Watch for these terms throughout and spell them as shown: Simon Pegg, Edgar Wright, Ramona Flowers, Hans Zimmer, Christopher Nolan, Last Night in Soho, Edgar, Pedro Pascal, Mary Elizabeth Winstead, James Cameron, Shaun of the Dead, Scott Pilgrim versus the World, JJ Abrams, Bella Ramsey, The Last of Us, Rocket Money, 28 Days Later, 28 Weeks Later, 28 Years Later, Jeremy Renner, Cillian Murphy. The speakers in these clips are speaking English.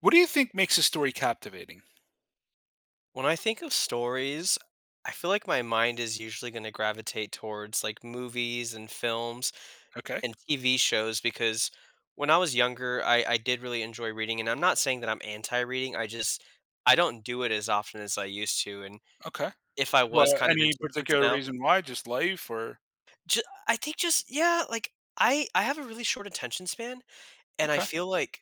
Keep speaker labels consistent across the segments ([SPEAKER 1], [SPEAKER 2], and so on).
[SPEAKER 1] What do you think makes a story captivating?
[SPEAKER 2] When I think of stories, I feel like my mind is usually going to gravitate towards like movies and films
[SPEAKER 1] Okay,
[SPEAKER 2] and TV shows because when I was younger, I did really enjoy reading. And I'm not saying that I'm anti reading, I just, I don't do it as often as I used to. And
[SPEAKER 1] okay.
[SPEAKER 2] if I was
[SPEAKER 1] Well,
[SPEAKER 2] kind of
[SPEAKER 1] any
[SPEAKER 2] into books
[SPEAKER 1] particular
[SPEAKER 2] now,
[SPEAKER 1] reason why? Just life or?
[SPEAKER 2] ju- I think just, yeah, like I have a really short attention span. And I
[SPEAKER 1] Okay.
[SPEAKER 2] feel like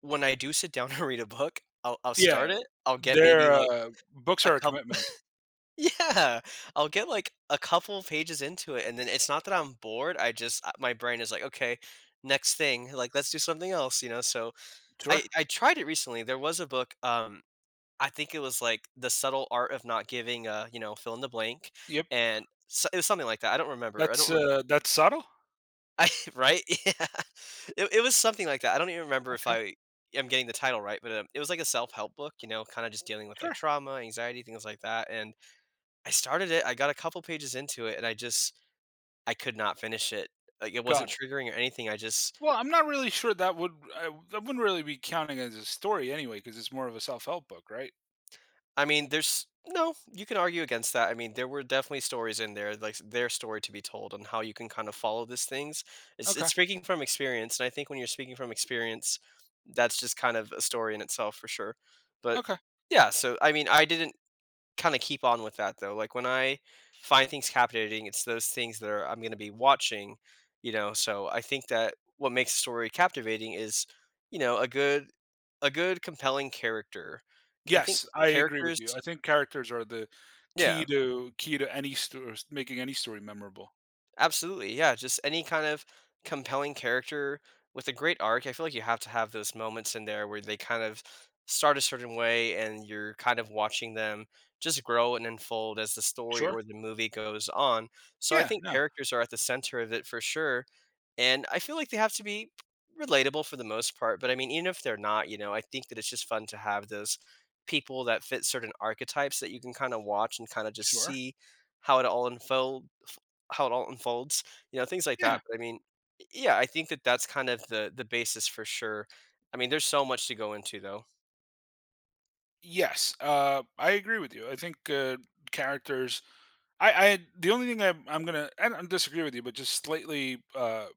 [SPEAKER 2] when I do sit down and read a book, I'll
[SPEAKER 1] Yeah,
[SPEAKER 2] start it, I'll get maybe
[SPEAKER 1] their
[SPEAKER 2] like
[SPEAKER 1] books
[SPEAKER 2] a
[SPEAKER 1] are a
[SPEAKER 2] couple.
[SPEAKER 1] commitment.
[SPEAKER 2] Yeah, I'll get, like, a couple of pages into it, and then it's not that I'm bored, I just my brain is like, "Okay, next thing," like, "Let's do something else," so
[SPEAKER 1] Sure.
[SPEAKER 2] I tried it recently, there was a book, I think it was, like, The Subtle Art of Not Giving a, you know, fill in the blank,
[SPEAKER 1] Yep.
[SPEAKER 2] and so it was something like that, I don't remember, I don't re
[SPEAKER 1] That's subtle?
[SPEAKER 2] I right? Yeah. It was something like that, I don't even remember if
[SPEAKER 1] Okay.
[SPEAKER 2] I am getting the title right, but, it was like a self-help book, you know, kinda just dealing with, like,
[SPEAKER 1] Sure.
[SPEAKER 2] trauma, anxiety, things like that, and I started it, I got a couple pages into it, and I just I could not finish it. Like, it wasn't
[SPEAKER 1] Got it.
[SPEAKER 2] triggering or anything, I just
[SPEAKER 1] Well, I'm not really sure that would I that wouldn't really be counting as a story anyway, because it's more of a self-help book, right?
[SPEAKER 2] I mean, there's no, you can argue against that, I mean, there were definitely stories in there, like, their story to be told on how you can kind of follow these things. It's
[SPEAKER 1] Okay,
[SPEAKER 2] speaking from experience, and I think when you're speaking from experience, that's just kind of a story in itself for sure. But,
[SPEAKER 1] okay.
[SPEAKER 2] yeah, so, I mean, I didn't kind of keep on with that though. Like when I find things captivating, it's those things that are I'm going to be watching, you know. So I think that what makes a story captivating is, you know, a good compelling character. I think
[SPEAKER 1] Yes, I agree with
[SPEAKER 2] characters,
[SPEAKER 1] you. I think characters are the
[SPEAKER 2] yeah.
[SPEAKER 1] key to any story, making any story memorable.
[SPEAKER 2] Absolutely, yeah, just any kind of compelling character with a great arc, I feel like you have to have those moments in there where they kind of start a certain way and you're kind of watching them just grow and unfold as the story
[SPEAKER 1] Sure.
[SPEAKER 2] or the movie goes on. So I
[SPEAKER 1] Yeah,
[SPEAKER 2] think
[SPEAKER 1] no.
[SPEAKER 2] characters are at the center of it for sure, and I feel like they have to be relatable for the most part, but I mean, even if they're not, you know, I think that it's just fun to have those people that fit certain archetypes that you can kind of watch and kind of just
[SPEAKER 1] Sure.
[SPEAKER 2] see how it all unfold how it all unfolds, you know, things like
[SPEAKER 1] Yeah.
[SPEAKER 2] that, but I mean, y yeah, I think that that's kind of the basis for sure. I mean, there's so much to go into though.
[SPEAKER 1] Yes, I agree with you. I think characters. I The only thing I don't disagree with you, but just slightly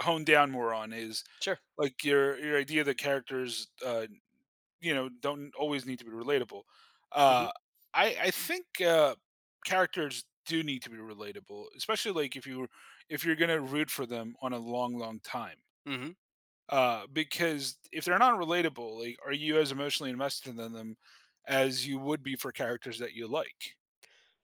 [SPEAKER 1] hone down more on is
[SPEAKER 2] Sure.
[SPEAKER 1] like your idea that characters you know don't always need to be relatable.
[SPEAKER 2] Mhm,
[SPEAKER 1] Uh, I think characters do need to be relatable, especially like if you're gonna root for them on a long time.
[SPEAKER 2] mhm.
[SPEAKER 1] Because if they're not relatable, like, are you as emotionally invested in them as you would be for characters that you like?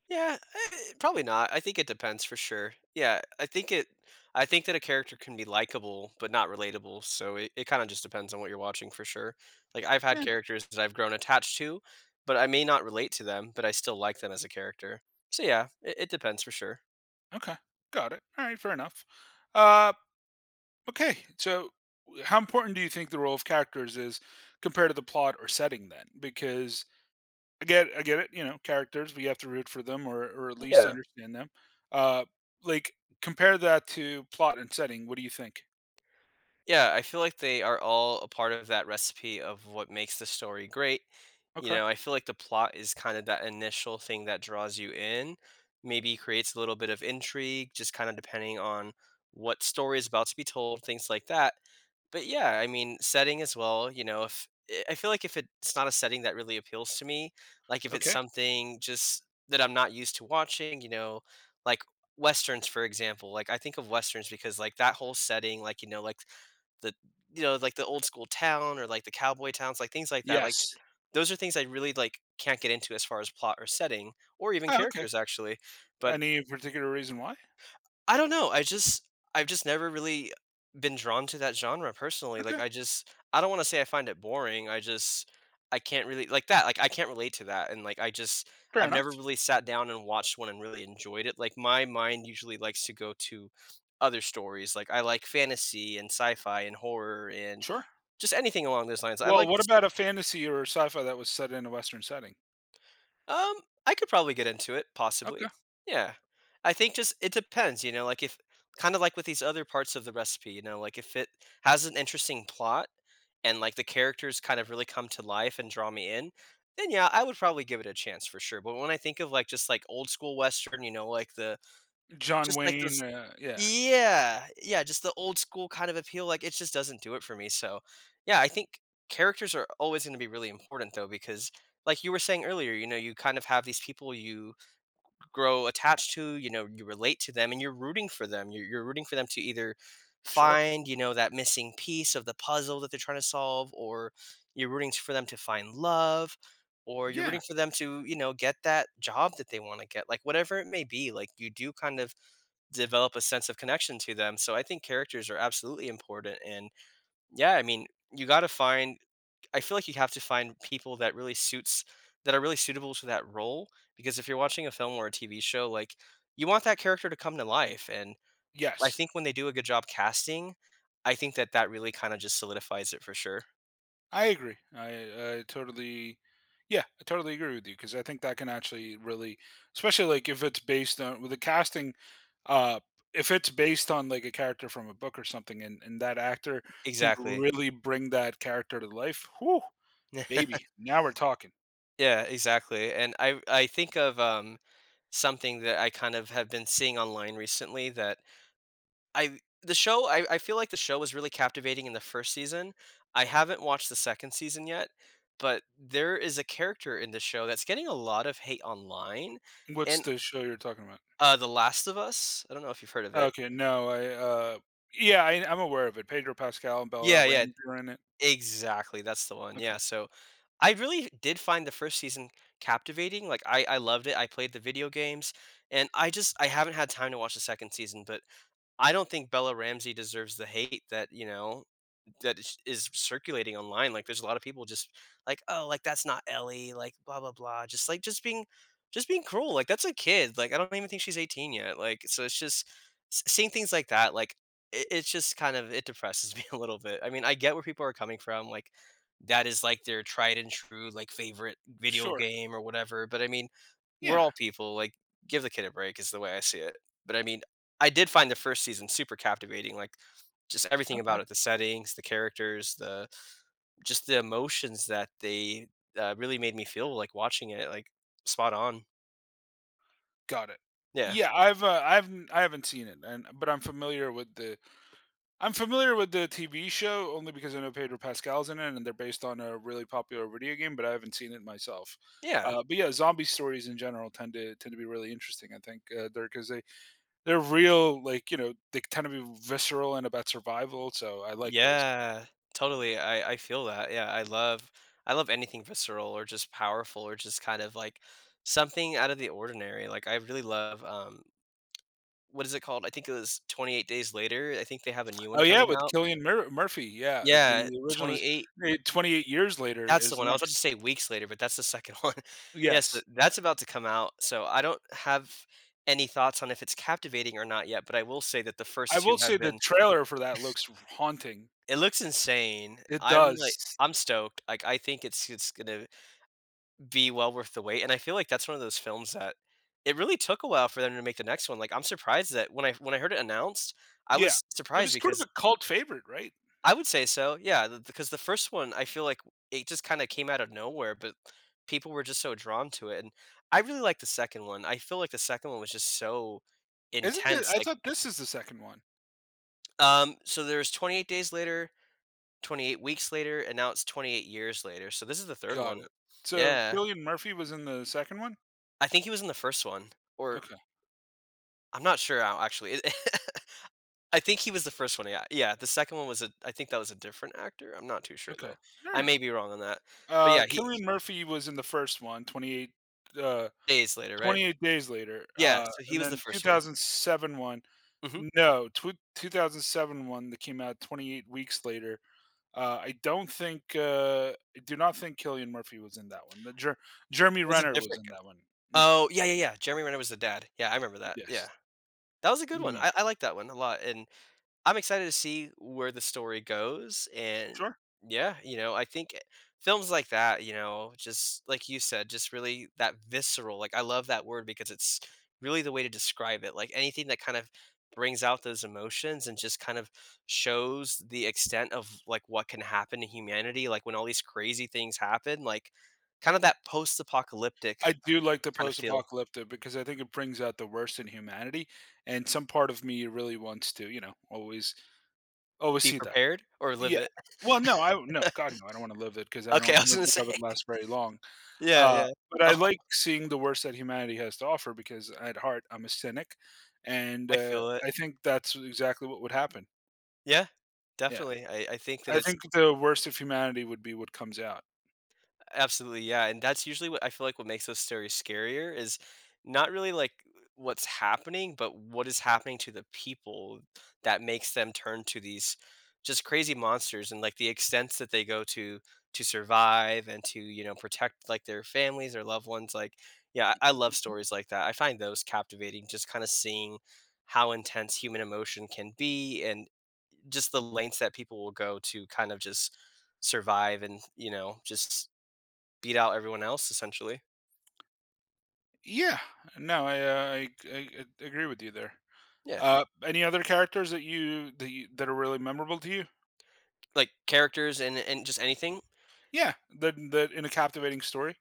[SPEAKER 2] Yeah, probably not. I think it depends for sure. Yeah, I think that a character can be likable, but not relatable, so it kinda just depends on what you're watching for sure. Like, I've had characters that I've grown attached to, but I may not relate to them, but I still like them as a character. So yeah, it depends for sure.
[SPEAKER 1] Okay, got it. All right, fair enough. Uh, okay, so how important do you think the role of characters is compared to the plot or setting then? Because I get it. You know, characters we have to root for them or at least
[SPEAKER 2] Yeah.
[SPEAKER 1] understand them. Uh, like compare that to plot and setting. What do you think?
[SPEAKER 2] Yeah, I feel like they are all a part of that recipe of what makes the story great. You
[SPEAKER 1] Okay.
[SPEAKER 2] know, I feel like the plot is kind of that initial thing that draws you in, maybe creates a little bit of intrigue, just kind of depending on what story is about to be told, things like that, but yeah, I mean, setting as well, you know, if I I feel like if it's not a setting that really appeals to me, like if it's
[SPEAKER 1] Okay.
[SPEAKER 2] something just that I'm not used to watching, you know, like westerns for example. Like I think of westerns because like that whole setting, like you know, like the you know like the old school town or like the cowboy towns like things like that like
[SPEAKER 1] Yes.
[SPEAKER 2] those are things I really like can't get into as far as plot or setting or even
[SPEAKER 1] Oh, okay.
[SPEAKER 2] characters actually, but
[SPEAKER 1] Any particular reason why?
[SPEAKER 2] I don't know, I just I've just never really been drawn to that genre personally, like,
[SPEAKER 1] Okay.
[SPEAKER 2] I just I don't wanna say I find it boring, I just I can't really like that, like, I can't relate to that, and, like, I just
[SPEAKER 1] Fair
[SPEAKER 2] I've never
[SPEAKER 1] enough.
[SPEAKER 2] really sat down and watched one and really enjoyed it, like, my mind usually likes to go to other stories, like, I like fantasy and sci-fi and horror and
[SPEAKER 1] Sure.
[SPEAKER 2] just anything along those lines, I
[SPEAKER 1] Well,
[SPEAKER 2] like.
[SPEAKER 1] what about a fantasy or sci-fi that was set in a Western setting?
[SPEAKER 2] Um, I could probably get into it,
[SPEAKER 1] Okay.
[SPEAKER 2] possibly. Yeah. I think just it depends, you know, like if kind of like with these other parts of the recipe, you know, like if it has an interesting plot and like the characters kind of really come to life and draw me in, then yeah, I would probably give it a chance for sure. But when I think of like just like old school western, you know, like the
[SPEAKER 1] John
[SPEAKER 2] just like
[SPEAKER 1] Wayne,
[SPEAKER 2] those,
[SPEAKER 1] yeah.
[SPEAKER 2] yeah, yeah, just the old school kind of appeal, like, it just doesn't do it for me, so, yeah, I think characters are always gonna be really important, though, because like you were saying earlier, you know, you kind of have these people you grow attached to, you know, you relate to them, and you're rooting for them, you're rooting for them to either
[SPEAKER 1] Sure.
[SPEAKER 2] find, you know, that missing piece of the puzzle that they're trying to solve, or you're rooting for them to find love, or you're rooting
[SPEAKER 1] Yeah.
[SPEAKER 2] for them to, you know, get that job that they wanna get, like, whatever it may be, like, you do kind of develop a sense of connection to them. So I think characters are absolutely important. And yeah, I mean, you got to find, I feel like you have to find people that really suits, that are really suitable to that role. Because if you're watching a film or a TV show, like you want that character to come to life. And I
[SPEAKER 1] Yes.
[SPEAKER 2] think when they do a good job casting, I think that that really kind of just solidifies it for sure.
[SPEAKER 1] I agree. I totally Yeah, I totally agree with you because I think that can actually really, especially like if it's based on with the casting, uh if it's based on like a character from a book or something, and that actor can
[SPEAKER 2] Exactly.
[SPEAKER 1] really bring that character to life. Whoo, baby. Now we're talking.
[SPEAKER 2] Yeah, exactly. And I think of something that I kind of have been seeing online recently that I feel like the show was really captivating in the first season. I haven't watched the second season yet, but there is a character in the show that's getting a lot of hate online,
[SPEAKER 1] What's
[SPEAKER 2] and
[SPEAKER 1] the show you're talking about?
[SPEAKER 2] The Last of Us. I don't know if you've heard of it.
[SPEAKER 1] Okay, no, yeah, I'm aware of it. Pedro Pascal and Bella
[SPEAKER 2] Yeah, yeah,
[SPEAKER 1] Ramsey are in it.
[SPEAKER 2] exactly. That's the one. Yeah.
[SPEAKER 1] Okay.
[SPEAKER 2] So I really did find the first season captivating. Like I loved it. I played the video games, and I just I haven't had time to watch the second season. But I don't think Bella Ramsey deserves the hate that you know that is circulating online. Like there's a lot of people just like, oh, like that's not Ellie, like blah blah blah. Just like just being cruel. Like that's a kid. Like I don't even think she's 18 yet. Like so it's just seeing things like that. Like it's just kind of it depresses me a little bit. I mean, I get where people are coming from. Like that is like their tried and true like favorite video
[SPEAKER 1] Sure.
[SPEAKER 2] game or whatever. But I mean, we're
[SPEAKER 1] Yeah.
[SPEAKER 2] all people. Like give the kid a break is the way I see it. But I mean, I did find the first season super captivating. Like just everything
[SPEAKER 1] Okay.
[SPEAKER 2] about it, the settings, the characters, the just the emotions that they really made me feel like watching it, like spot on.
[SPEAKER 1] Got it.
[SPEAKER 2] Yeah.
[SPEAKER 1] Yeah, I haven't seen it, and but I'm familiar with the I'm familiar with the TV show only because I know Pedro Pascal's in it, and they're based on a really popular video game, but I haven't seen it myself.
[SPEAKER 2] Yeah.
[SPEAKER 1] But yeah, zombie stories in general tend to be really interesting. I think they're because they're real, like you know, they tend to be visceral and about survival. So I like those.
[SPEAKER 2] Yeah. Totally. I feel that. Yeah. I love anything visceral or just powerful or just kind of like something out of the ordinary. Like I really love what is it called? I think it was 28 days later. I think they have a new one
[SPEAKER 1] Oh, yeah,
[SPEAKER 2] coming
[SPEAKER 1] with
[SPEAKER 2] out.
[SPEAKER 1] Killian Mur Murphy, yeah,
[SPEAKER 2] Yeah,
[SPEAKER 1] the original is
[SPEAKER 2] 28.
[SPEAKER 1] made 28 years later
[SPEAKER 2] That's the
[SPEAKER 1] is
[SPEAKER 2] one. I was about to
[SPEAKER 1] next.
[SPEAKER 2] say weeks later, but that's the second one. Yes, th
[SPEAKER 1] Yes.
[SPEAKER 2] that's about to come out, so I don't have any thoughts on if it's captivating or not yet, but I will say that the
[SPEAKER 1] I
[SPEAKER 2] first 2
[SPEAKER 1] will
[SPEAKER 2] have
[SPEAKER 1] say the
[SPEAKER 2] been
[SPEAKER 1] trailer for that looks haunting.
[SPEAKER 2] it looks insane.
[SPEAKER 1] It
[SPEAKER 2] I'm, like
[SPEAKER 1] does.
[SPEAKER 2] I'm stoked. Like, I think it's gonna be well worth the wait, and I feel like that's one of those films that it really took a while for them to make the next one. Like, I'm surprised that when I heard it announced, I
[SPEAKER 1] Yeah.
[SPEAKER 2] was
[SPEAKER 1] It
[SPEAKER 2] surprised
[SPEAKER 1] was sort of
[SPEAKER 2] because
[SPEAKER 1] a cult favorite, right?
[SPEAKER 2] I would say so, yeah, th because the first one, I feel like it just kinda came out of nowhere, but people were just so drawn to it, and I really like the second one. I feel like the second one was just so
[SPEAKER 1] Isn't it?
[SPEAKER 2] intense,
[SPEAKER 1] I
[SPEAKER 2] like,
[SPEAKER 1] thought this is the second one.
[SPEAKER 2] so there's 28 days later, 28 weeks later, and now it's 28 years later, so this is the 3rd
[SPEAKER 1] Got
[SPEAKER 2] one.
[SPEAKER 1] it. So
[SPEAKER 2] Yeah.
[SPEAKER 1] Killian Murphy was in the second one?
[SPEAKER 2] I think he was in the first one, or
[SPEAKER 1] Okay,
[SPEAKER 2] I'm not sure now, actually. It I think he was the first one, yeah, yeah, the second one was a I think that was a different actor? I'm not too sure,
[SPEAKER 1] okay.
[SPEAKER 2] though. I
[SPEAKER 1] Alright.
[SPEAKER 2] may be wrong on that, but yeah, he
[SPEAKER 1] Cillian Murphy was in the first one, 28, uh
[SPEAKER 2] days later, right?
[SPEAKER 1] 28 Days Later,
[SPEAKER 2] Yeah, so he
[SPEAKER 1] and
[SPEAKER 2] was the
[SPEAKER 1] then
[SPEAKER 2] first one.
[SPEAKER 1] 2007 one
[SPEAKER 2] Mhm. It
[SPEAKER 1] no, tw 2007 one that came out 28 weeks later, I don't think, I do not think Killian Murphy was in that one. The Jer Jeremy
[SPEAKER 2] was a
[SPEAKER 1] Renner was
[SPEAKER 2] different
[SPEAKER 1] in
[SPEAKER 2] g
[SPEAKER 1] that one. Yeah,
[SPEAKER 2] Oh, yeah, yeah, yeah, Jeremy Renner was the dad. Yeah, I remember that, yeah.
[SPEAKER 1] yes.
[SPEAKER 2] That was a good
[SPEAKER 1] Mm,
[SPEAKER 2] one.
[SPEAKER 1] yeah,
[SPEAKER 2] I like that one a lot, and I'm excited to see where the story goes, and
[SPEAKER 1] sure.
[SPEAKER 2] yeah, I think films like that, just like you said, just really that visceral. Like I love that word because it's really the way to describe it. Like anything that kind of brings out those emotions and just kind of shows the extent of like what can happen to humanity, like when all these crazy things happen, like kind of that post-apocalyptic
[SPEAKER 1] I do like the
[SPEAKER 2] kind of feel.
[SPEAKER 1] post-apocalyptic because I think it brings out the worst in humanity, and some part of me really wants to, you know, always
[SPEAKER 2] Be
[SPEAKER 1] see that.
[SPEAKER 2] prepared or live
[SPEAKER 1] Yeah.
[SPEAKER 2] it.
[SPEAKER 1] Well, no, God, no, I don't wanna live it 'cause
[SPEAKER 2] Okay, I
[SPEAKER 1] I
[SPEAKER 2] was
[SPEAKER 1] don't
[SPEAKER 2] gonna
[SPEAKER 1] think
[SPEAKER 2] say.
[SPEAKER 1] I would last very long.
[SPEAKER 2] Yeah,
[SPEAKER 1] Uh,
[SPEAKER 2] yeah.
[SPEAKER 1] but I
[SPEAKER 2] Oh,
[SPEAKER 1] like seeing the worst that humanity has to offer because at heart I'm a cynic, and,
[SPEAKER 2] I feel it.
[SPEAKER 1] I think that's exactly what would happen.
[SPEAKER 2] Yeah,
[SPEAKER 1] Yeah,
[SPEAKER 2] definitely. I think that
[SPEAKER 1] I
[SPEAKER 2] it's
[SPEAKER 1] think the worst of humanity would be what comes out.
[SPEAKER 2] absolutely yeah, and that's usually what I feel like what makes those stories scarier is not really like what's happening, but what is happening to the people that makes them turn to these just crazy monsters and like the extents that they go to survive and to, protect like their families or loved ones. Like, yeah, I love
[SPEAKER 1] Mhm.
[SPEAKER 2] stories like that. I find those captivating, just kind of seeing how intense human emotion can be and just the lengths that people will go to kind of just survive and, just beat out everyone else essentially.
[SPEAKER 1] Yeah, no, I g I agree with you there.
[SPEAKER 2] Yeah.
[SPEAKER 1] Any other characters that are really memorable to you?
[SPEAKER 2] Like characters and just anything.
[SPEAKER 1] Yeah, that in a captivating story?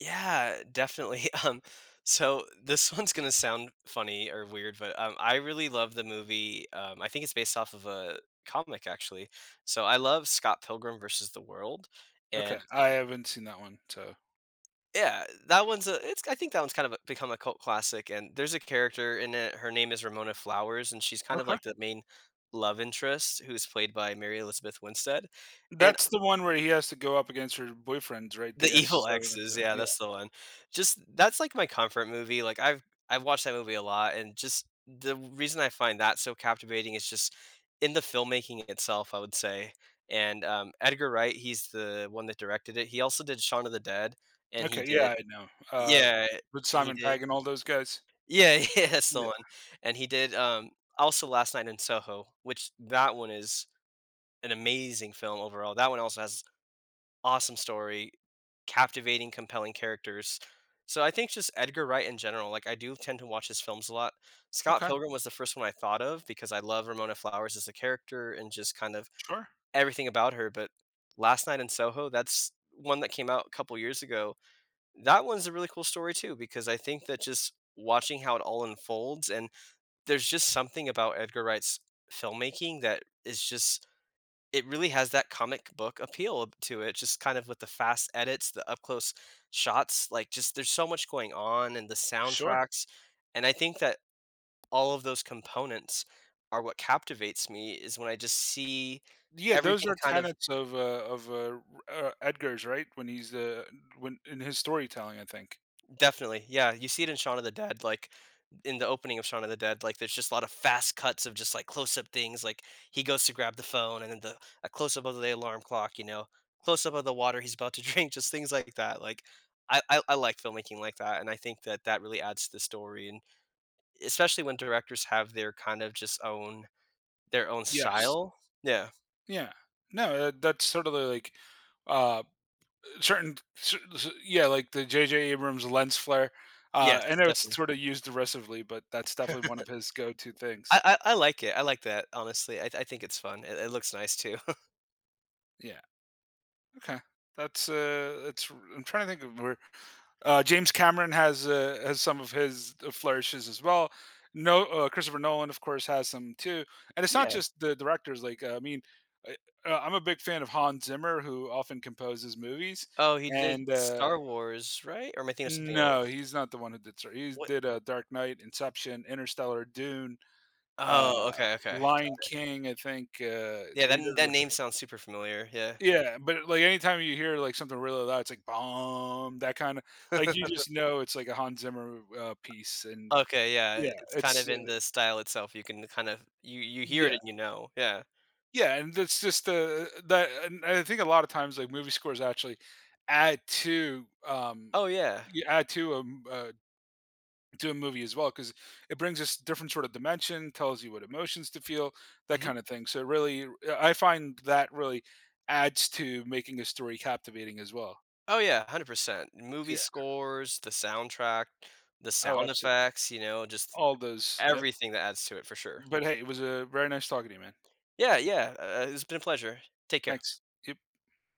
[SPEAKER 2] Yeah, definitely. So this one's going to sound funny or weird, but I really love the movie. I think it's based off of a comic actually. So I love Scott Pilgrim versus the World.
[SPEAKER 1] Okay,
[SPEAKER 2] And
[SPEAKER 1] I haven't seen that one, so
[SPEAKER 2] yeah, that one's a it's I think that one's kind of a become a cult classic, and there's a character in it, her name is Ramona Flowers, and she's kind of
[SPEAKER 1] okay.
[SPEAKER 2] like the main love interest who's played by Mary Elizabeth Winstead, and
[SPEAKER 1] That's the one where he has to go up against her boyfriends, right?
[SPEAKER 2] the
[SPEAKER 1] The
[SPEAKER 2] Evil
[SPEAKER 1] ex.
[SPEAKER 2] Exes, yeah, that's the one. Just that's like my comfort movie, like, I've watched that movie a lot, and just the reason I find that so captivating is just in the filmmaking itself, I would say, and, Edgar Wright, he's the one that directed it, he also did Shaun of the Dead, and he
[SPEAKER 1] Okay,
[SPEAKER 2] did
[SPEAKER 1] yeah, I know.
[SPEAKER 2] yeah,
[SPEAKER 1] With
[SPEAKER 2] and he
[SPEAKER 1] Simon
[SPEAKER 2] did
[SPEAKER 1] Pegg and all those guys?
[SPEAKER 2] yeah, yeah, that's the
[SPEAKER 1] Yeah.
[SPEAKER 2] one. And he did, also Last Night in Soho, which that one is an amazing film overall. That one also has awesome story, captivating, compelling characters. So I think just Edgar Wright in general, like I do tend to watch his films a lot. Scott
[SPEAKER 1] Okay,
[SPEAKER 2] Pilgrim was the first one I thought of because I love Ramona Flowers as a character and just kind of
[SPEAKER 1] sure,
[SPEAKER 2] everything about her. But Last Night in Soho, that's one that came out a couple years ago. That one's a really cool story too because I think that just watching how it all unfolds and there's just something about Edgar Wright's filmmaking that is just it really has that comic book appeal to it, just kind of with the fast edits, the up close shots, like just there's so much going on and the
[SPEAKER 1] sure.
[SPEAKER 2] soundtracks. And I think that all of those components are what captivates me is when I just see
[SPEAKER 1] Yeah, those
[SPEAKER 2] everything
[SPEAKER 1] are
[SPEAKER 2] kind of
[SPEAKER 1] tenets of, r Edgar's, right? When he's, when in his storytelling, I think.
[SPEAKER 2] definitely, yeah, you see it in Shaun of the Dead, like, in the opening of Shaun of the Dead, like, there's just a lot of fast cuts of just, like, close-up things, like, he goes to grab the phone and then the a close-up of the alarm clock, close-up of the water he's about to drink, just things like that, like, I like filmmaking like that, and I think that that really adds to the story, and especially when directors have their kind of just own their own
[SPEAKER 1] Yes.
[SPEAKER 2] style. Yeah.
[SPEAKER 1] Yeah. No, that that's sort of the, like, uh, certain cer cer yeah, like the JJ Abrams lens flare. I
[SPEAKER 2] Yes,
[SPEAKER 1] know it's
[SPEAKER 2] definitely.
[SPEAKER 1] sort of used derisively, but that's definitely one of his go-to
[SPEAKER 2] I
[SPEAKER 1] things.
[SPEAKER 2] I I like it, I like that, honestly, I think it's fun, it looks nice too.
[SPEAKER 1] Yeah. Okay, that's it's. I'm trying to think of where James Cameron has some of his flourishes as well. No, Christopher Nolan, of course, has some too. And it's not
[SPEAKER 2] Yeah.
[SPEAKER 1] just the directors. Like, I mean, I- I'm a big fan of Hans Zimmer, who often composes movies.
[SPEAKER 2] Oh, he did
[SPEAKER 1] And
[SPEAKER 2] Star Wars, right? Or am I thinking of something
[SPEAKER 1] no,
[SPEAKER 2] else?
[SPEAKER 1] he's not the one who did. Star— He
[SPEAKER 2] What?
[SPEAKER 1] did Dark Knight, Inception, Interstellar, Dune, uh,
[SPEAKER 2] Oh, okay, okay.
[SPEAKER 1] Lion King. I think.
[SPEAKER 2] Yeah,
[SPEAKER 1] So he
[SPEAKER 2] that
[SPEAKER 1] did.
[SPEAKER 2] that name sounds super familiar, yeah.
[SPEAKER 1] Yeah, but, like, anytime you hear, like, something really loud, it's like, "Bomb," that kinda like, you just know it's like a Hans Zimmer, piece, and
[SPEAKER 2] Okay, yeah,
[SPEAKER 1] yeah,
[SPEAKER 2] it's kind of
[SPEAKER 1] it's,
[SPEAKER 2] in
[SPEAKER 1] uh
[SPEAKER 2] the style itself, you can kind of you hear it
[SPEAKER 1] yeah,
[SPEAKER 2] and you know, yeah.
[SPEAKER 1] yeah, and that's just, that and I think a lot of times, like, movie scores actually add to, um
[SPEAKER 2] Oh, yeah.
[SPEAKER 1] add to a movie as well because it brings us different sort of dimension, tells you what emotions to feel, that
[SPEAKER 2] Mhm.
[SPEAKER 1] kinda thing, so it really, I find that really adds to making a story captivating as well.
[SPEAKER 2] Oh, yeah, 100%. Movie
[SPEAKER 1] Yeah.
[SPEAKER 2] scores, the soundtrack, the
[SPEAKER 1] Oh,
[SPEAKER 2] sound
[SPEAKER 1] absolutely.
[SPEAKER 2] effects, just
[SPEAKER 1] All those. Yep.
[SPEAKER 2] everything that adds to it for sure.
[SPEAKER 1] But hey, it was, a very nice talking to you, man.
[SPEAKER 2] Yeah, yeah, it's been a pleasure. Take care.
[SPEAKER 1] Thanks. Yep.